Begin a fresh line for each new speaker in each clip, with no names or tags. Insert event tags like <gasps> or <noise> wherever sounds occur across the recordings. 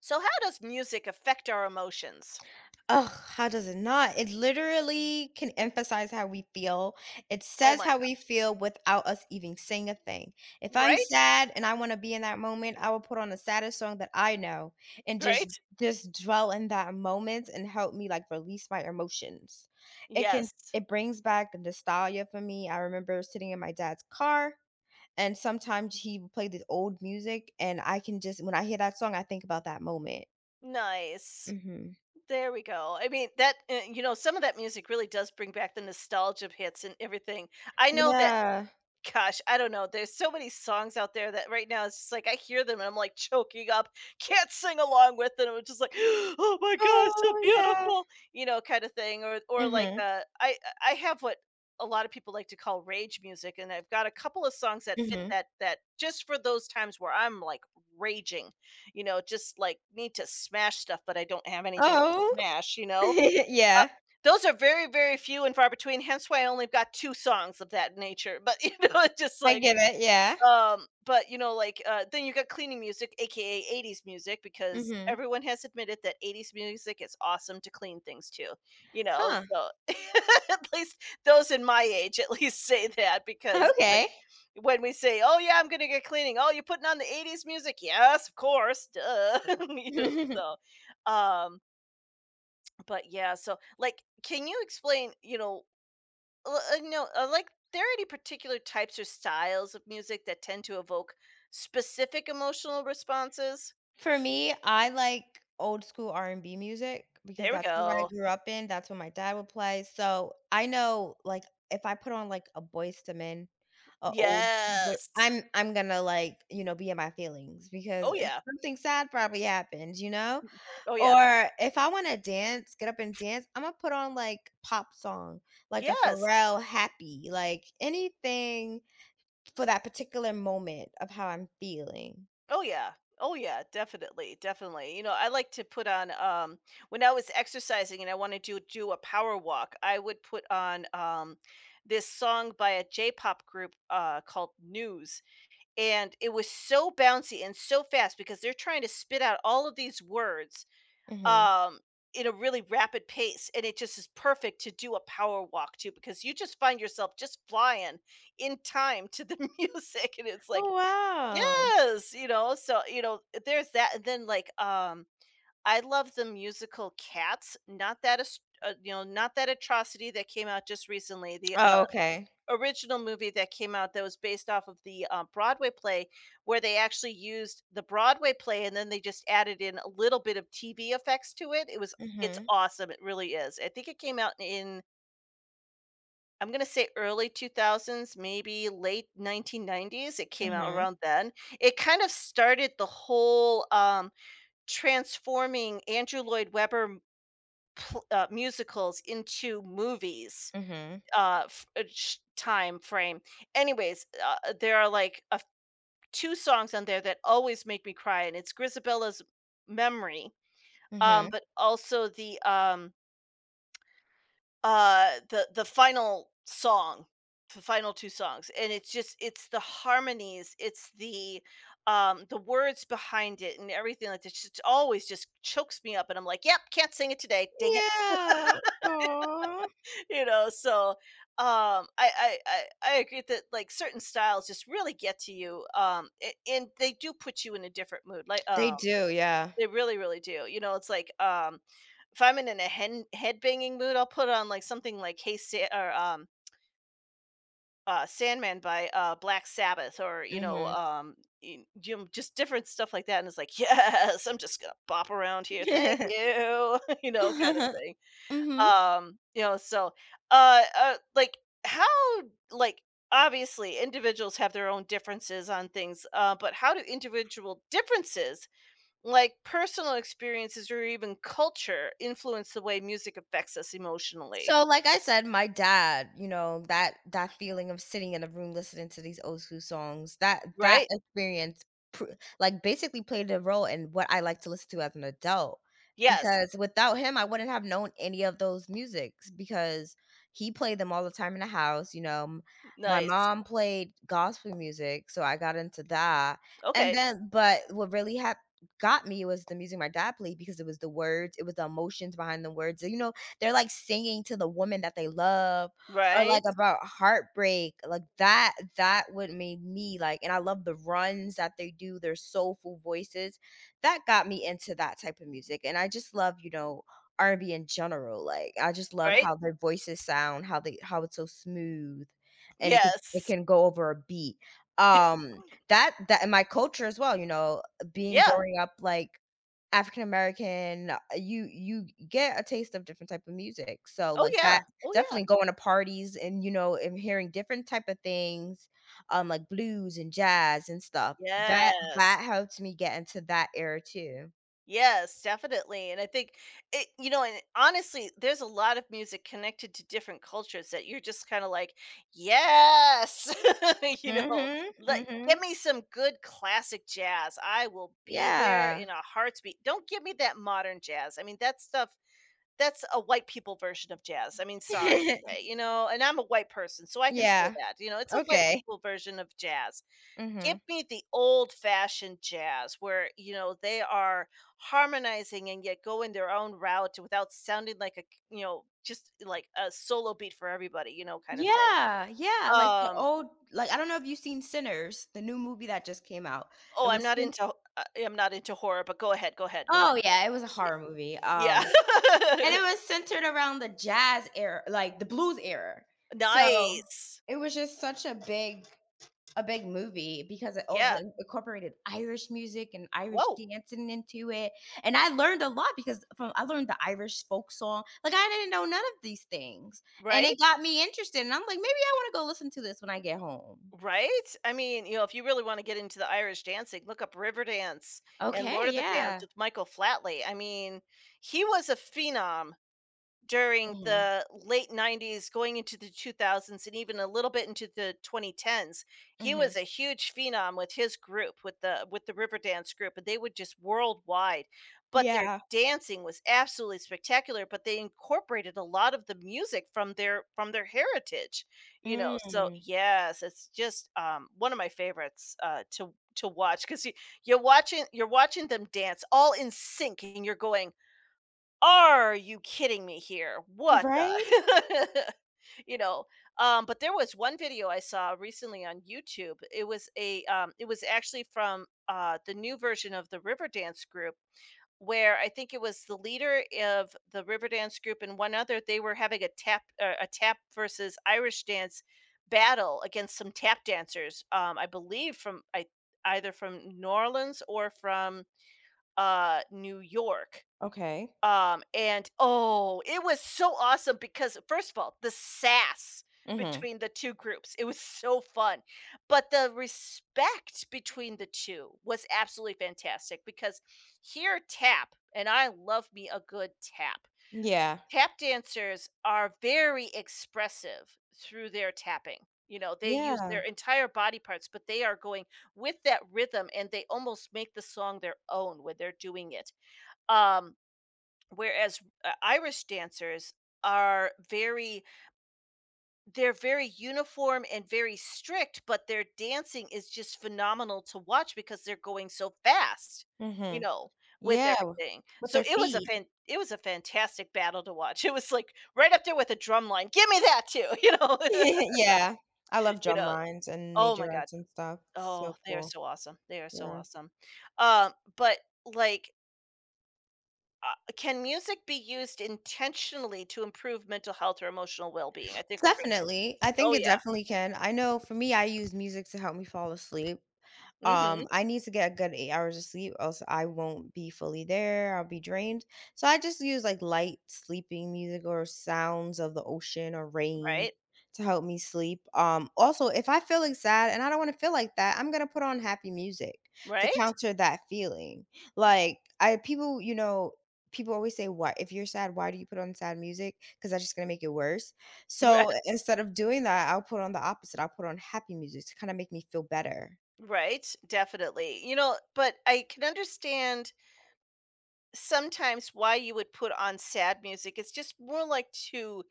So how does music affect our emotions?
How does it not? It literally can emphasize how we feel. It
Oh
says
my
how we
god.
feel without us even saying a thing. If I'm
Right?
sad and I want to be in that moment, I will put on the saddest song that I know and just
Right?
just dwell in that moment and help me like release my emotions. It can
Yes.
it brings back nostalgia for me. I remember sitting in my dad's car, and sometimes he would play this old music, and I can just when I hear that song, I think about that moment.
Nice.
Hmm.
There we go. That some of that music really does bring back the nostalgia hits and everything. I know that.
Yeah.
Gosh, I don't know. There's so many songs out there that right now it's just like I hear them and I'm like choking up, can't sing along with them. I'm just like, <gasps> oh my gosh, so
Oh, yeah.
beautiful, you know, kind of thing. Or like
Mhm,
uh, I I have what a lot of people like to call rage music, and I've got a couple of songs that fit
mhm.
that just for those times where I'm like raging, you know, just like need to smash stuff, but I don't have anything to
Oh.
smash,
<laughs>
Uh,
Yeah,
those are very, very few and far between, hence why I only got 2 songs of that nature, but, <laughs> you know, it's just
I
like
get it, yeah.
but, then you got cleaning music, AKA 80s music, because
Mhm.
everyone has admitted that 80s music is awesome to clean things to, you know,
Huh,
so <laughs> at least those in my age at least say that because, like,
okay.
when we say, "Oh, yeah, I'm gonna get cleaning," "Oh, you're putting on the 80s music?" "Yes, of course, duh." <laughs> You know,
<laughs>
so, um but yeah, so like, can you explain, you know l- no like, there are any particular types or styles of music that tend to evoke specific emotional responses?
For me, I like old school R&B music, because
There we
that's what I
go.
grew up in, that's what my dad would play, so I know, like, if I put on, like, a Boyz II Men, a old but
Yes.
I'm gonna, like, be in my feelings, because
Oh
if
yeah.
something sad probably happened, you know?
Oh yeah.
Or if I wanna dance, get up and dance, Imma put on, like, pop song, like a
Yes.
Pharrell Happy, like, anything for that particular moment of how I'm feeling.
Oh yeah. Oh yeah. Definitely, definitely, you know, I like to put on when I was exercising and I wanted to do a power walk, I would put on this song by a J-pop group called News. And it was so bouncy and so fast because they're trying to spit out all of these words
Mhm.
um in a really rapid pace, and it just is perfect to do a power walk to because you just find yourself just flying in time to the <laughs> music. And it's like,
Oh, wow.
yes, you know. So you know, there's that, and then I love the musical Cats, not that not that atrocity that came out just recently, the
Oh, okay.
original movie that came out that was based off of the Broadway play, where they actually used the Broadway play and then they just added in a little bit of TV effects to it. It was It's
Mhm,
awesome, it really is. I think it came out in I'm gonna say early 2000s, maybe late 1990s, it came out
mhm,
around then. It kind of started the whole transforming Andrew Lloyd Webber m pl musicals into movies
mhm,
f sh time frame. Anyways, there are, like, a f 2 songs on there that always make me cry, and it's Grisabella's "Memory,"
mhm.
but also the final song, the final 2 songs, and it's just it's the harmonies, it's the words behind it and everything like that. It always just chokes me up, and I'm like, "Yep, can't sing it today, dang it."
Yeah. Aw.
You know, so I agree that like certain styles just really get to you, and they do put you in a different mood,
They do, yeah.
they really really do, you know. It's like if I'm in a head banging mood, I'll put on like something like hey Sa- or Sandman by Black Sabbath, or
Mhm.
you know, just different stuff like that, and it's like, <laughs> yes, I'm just gonna bop around here, thank you. <laughs> You know, kind of
<laughs>
thing.
Mhm.
Um, you know, so, like, how like, obviously, individuals have their own differences on things, but how do individual differences, like personal experiences or even culture, influence the way music affects us emotionally?
So, like I said, my dad, you know, that that feeling of sitting in a room listening to these old school songs, that
Right?
experience pr like, basically played a role in what I like to listen to as an adult,
Yes.
because without him, I wouldn't have known any of those musics, because he played them all the time in the house, you know, m my
Nice.
mom played gospel music, so I got into that, and
Okay.
then but what really had got me was the music my dad played, because it was the words, it was the emotions behind the words, you know, they're, like, singing to the woman that they love, or,
Right,
like, about heartbreak, like, that that would make me, like and I love the runs that they do, their soulful voices. That got me into that type of music, and I just love, you know, R&B in general, like, I just love
right.
how their voices sound, how they how it's so smooth, and it
Yes.
can go over a beat. Um,
<clears throat>
that that in my culture as well, you know, being
Yeah.
growing up, like African American, you get a taste of different type of music, so,
Oh,
like, that
yeah. Oh, yeah.
definitely going to parties and, you know, and hearing different type of things, like blues and jazz and stuff, that
Yes.
that helped me get into that era too.
Yes, definitely. And I think and honestly, there's a lot of music connected to different cultures that you're just kind of like, yes, <laughs> you know,
Mhm,
like get
mhm.
me some good classic jazz. I will be there
Yeah.
in a heart's beat. Don't give me that modern jazz. I mean, that stuff, that's a white people version of jazz. I mean, sorry to say,
<laughs>
you know, and I'm a white person, so I can say
Yeah,
that, you know, it's a white
okay.
people version of jazz. Give
Mhm.
me the old fashioned jazz where, you know, they are harmonizing and yet going their own route without sounding like a, you know, just like a solo beat for everybody, you know, kind of thing.
Yeah, yeah, like the
um
old like, I don't know if you've seen Sinners, the new movie that just came out.
oh,
It
I'm
was
not
since
into, I'm not into horror, but go ahead, go ahead, go ahead.
Oh, yeah, it was a
Y-
horror movie,
yeah.
um. And it was centered around the jazz era, like the blues era.
<laughs>
So,
Nice.
it was just such a big movie, because it all
Yeah.
the incorporated Irish music and Irish
Whoa.
dancing into it. And I learned a lot, because from I learned the Irish folk song. Like, I didn't know none of these things, and it
Right.
got me interested, and I'm like, "Maybe I wanna go listen to this when I get home."
Right? I mean, you know, if you really want to get into the Irish dancing, look up Riverdance and
Okay,
Lord of the Dance
yeah.
with Michael Flatley. I mean, he was a phenom during
Mhm,
the late 90s going into the 2000s and even a little bit into the 2010s. He
mhm.
was a huge phenom with his group, with the Riverdance group, and they would just worldwide. But their
Yeah.
dancing was absolutely spectacular, but they incorporated a lot of the music from their heritage, you know. So
Mm.
yes, it's just, one of my favorites to watch because you, you're watching, you're watching them dance all in sync, and you're going, are you kidding me here? What
Right?
the, <laughs> you know. But there was one video I saw recently on YouTube. It was a it was actually from the new version of the Riverdance group, where I think it was the leader of the Riverdance group and one other. They were having a tap versus Irish dance battle against some tap dancers, I believe from I either from New Orleans or from New York.
Okay.
And oh, it was so awesome because first of all, the sass
Mhm.
between the 2 groups, it was so fun. But the respect between the 2 was absolutely fantastic because here tap, and I love me a good tap.
Yeah.
Tap dancers are very expressive through their tapping. You know, they use
Yeah.
their entire body parts, but they are going with that rhythm and they almost make the song their own when they're doing it. Um, Whereas, Irish dancers are very, they're very uniform and very strict, but their dancing is just phenomenal to watch because they're going so fast, you
Mhm.
know, with
Yeah,
everything.
with
So
their
it was a
feet.
fan
<laughs>
it was a fantastic battle to watch. <laughs> It was, like, right up there with a drum line. "Give me that too," <laughs> you know? <laughs>
Yeah, I love
You
drum
know?
lines and
Oh
major
my god.
reds and stuff. It's
Oh,
so
they are
cool.
so awesome. They are so
Yeah.
awesome. Um, but, like, uh, can music be used intentionally to improve mental health or emotional well-being? I think we're going to.
Definitely, I
Oh
think it
yeah.
definitely can. I know for me, I use music to help me fall asleep.
Mhm.
I need to get a good 8 hours of sleep, else I won't be fully there. I'll be drained. So I just use like light sleeping music or sounds of the ocean or rain
Right.
to help me sleep. Also, if I feel like sad and I don't want to feel like that, I'm gonna put on happy music to
Right?
counter that feeling. Like I people, you know, people always say, "What if you're sad? Why do you put on sad music? Because that's just gonna make it worse." So
<laughs>
instead of doing that, I'll put on the opposite. I'll put on happy music to kind of make me feel better.
Ri Right, definitely. You know, but I can understand sometimes why you would put on sad music. It's just more like to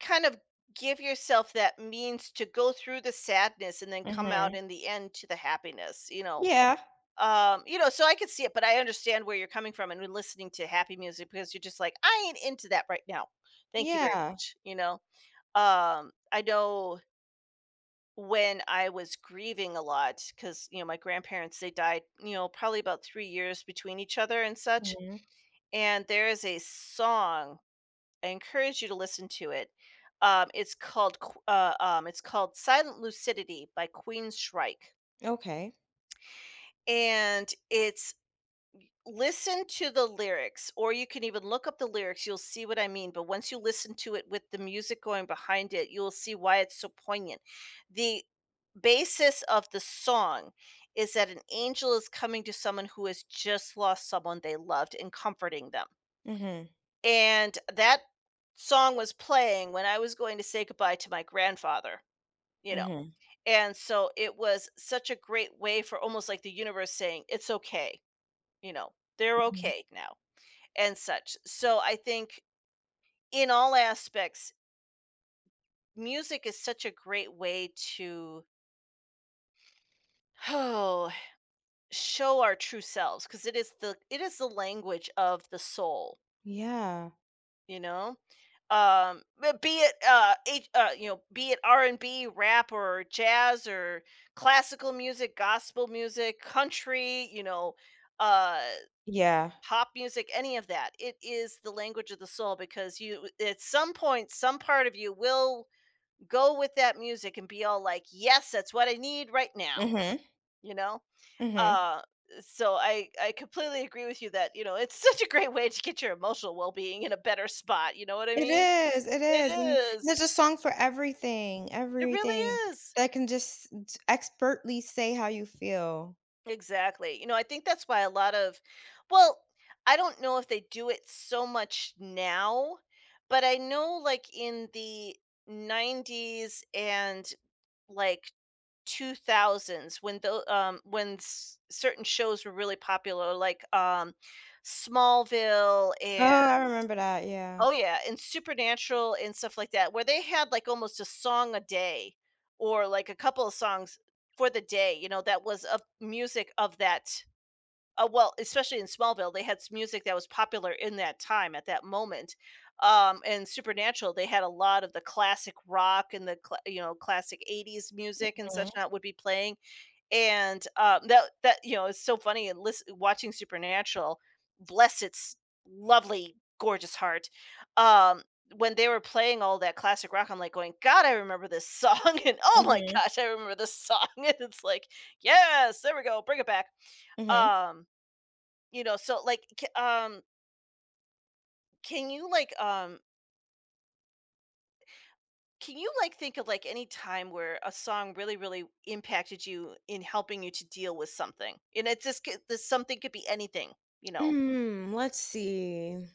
kind of give yourself that means to go through the sadness and then come out
Hmm.
in the end to the happiness, you know?
Yeah,
You know, so I could see it, but I understand where you're coming from and we're listening to happy music because you're just like, "I ain't into that right now. Thank you very
yeah.
much," you know? I know when I was grieving a lot because, you know, my grandparents, they died, you know, probably about 3 years between each other and such,
Mhm.
and there is a song, I encourage you to listen to it. It's called Silent Lucidity by Queen Shrike,
Okay.
and it's listen to the lyrics, or you can even look up the lyrics, you'll see what I mean, but once you listen to it with the music going behind it, you'll see why it's so poignant. The basis of the song is that an angel is coming to someone who has just lost someone they loved and comforting them,
Mhm,
and that song was playing when I was going to say goodbye to my grandfather, you know,
mhm,
and so it was such a great way for almost like the universe saying, "It's okay," you know, "They're
mhm.
okay now." And such. So I think in all aspects, music is such a great way to oh, show our true selves because it is the language of the soul,
Yeah,
you know. But be it H, You know, be it R&B, rap, or jazz, or classical music, gospel music, country, you know, uh,
yeah.
pop music, any of that. It is the language of the soul because you, at some point, some part of you will go with that music and be all like, "Yes, that's what I need right now,"
Mhm,
you know?
mhm.
Uh, so I completely agree with you that, you know, it's <laughs> such a great way to get your emotional well-being in a better spot, you know what I mean?
It
It
is, and
is.
there's a song for everything,
It
everything
really is.
that can just t expertly say how you feel.
Exactly. You know, I think that's why a lot of, well, I don't know if they do it so much now, but I know, like, in the 90s and, like 2000s when certain shows were really popular, like Smallville
Oh,
and,
I remember that, yeah.
oh yeah, and Supernatural and stuff like that, where they had like almost a song a day or like a couple of songs for the day, you know, that was of music of that. Well, especially in Smallville, they had music that was popular in that time at that moment, and Supernatural, they had a lot of the classic rock and the cla you know, classic 80s music and such
Mhm,
not would be playing. And, that that you know, it's so funny and lis watching Supernatural, bless its lovely, gorgeous heart, um, when they were playing all that classic rock, I'm, like, going, "God, I remember this song," <laughs> and, "Oh my
mhm,
gosh, I remember this song," <laughs> and it's like, "Yes, there we go, bring it back."
mhm.
Um, you know, so, like, ca Can you, like, Can you like think of like any time where a song really, really impacted you in helping you to deal with something? And it's just, this something could be anything, you know.
Mm, let's see.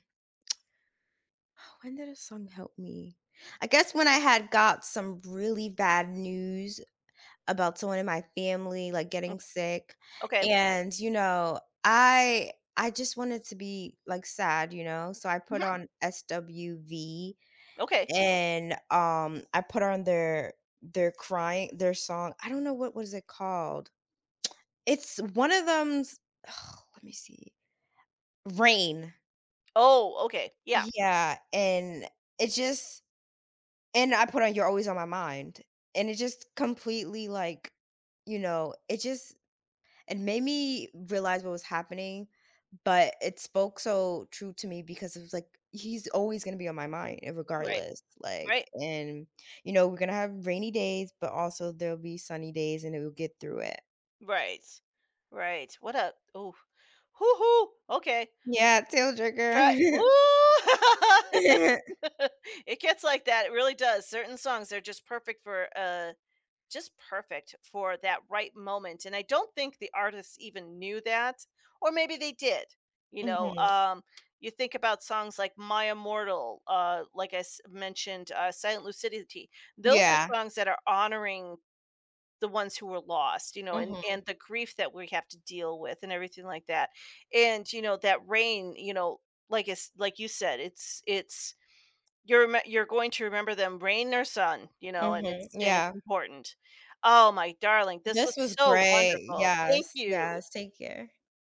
<sighs> When did a song help me? I guess when I had got some really bad news about someone in my family, like,
Mm.
getting sick,
Okay.
and, you know, I just wanted to be, like, sad, you know, so I put
Hmm.
on SWV
Okay.
and, I put on their crying their song I don't know what was it called. It's one of them's <sighs> let me see. Rain.
Oh, okay. Yeah.
Yeah, and it just and I put on You're Always on My Mind, and it just completely, like, you know, it just It made me realize what was happening, but it spoke so true to me because it was like, he's always gonna be on my mind
Right.
regardless.
Right.
Like, and you know, we're gonna have rainy days, but also there'll be sunny days and we'll get through it.
Right. Right. What a oh. Hoo hoo. Okay.
Yeah, tail
Try
trigger.
Ooh.
<laughs>
<laughs> It gets like that. It really does. Certain songs are just perfect for, just perfect for that right moment. And I don't think the artists even knew that, or maybe they did. You know,
Mhm.
you think about songs like My Immortal, like I mentioned, Silent Lucidity. Those
Yeah.
are songs that are honoring the ones who were lost, you know,
Mhm.
and the grief that we have to deal with and everything like that. And, you know, that rain, you know, like it's like you said, it's you're remem you're going to remember them rain or sun, you know,
Mhm.
and it's
Yeah.
important. Oh, my darling, this was
This was
so
great.
wonderful. Thank
Yes.
you.
Yes. Take care.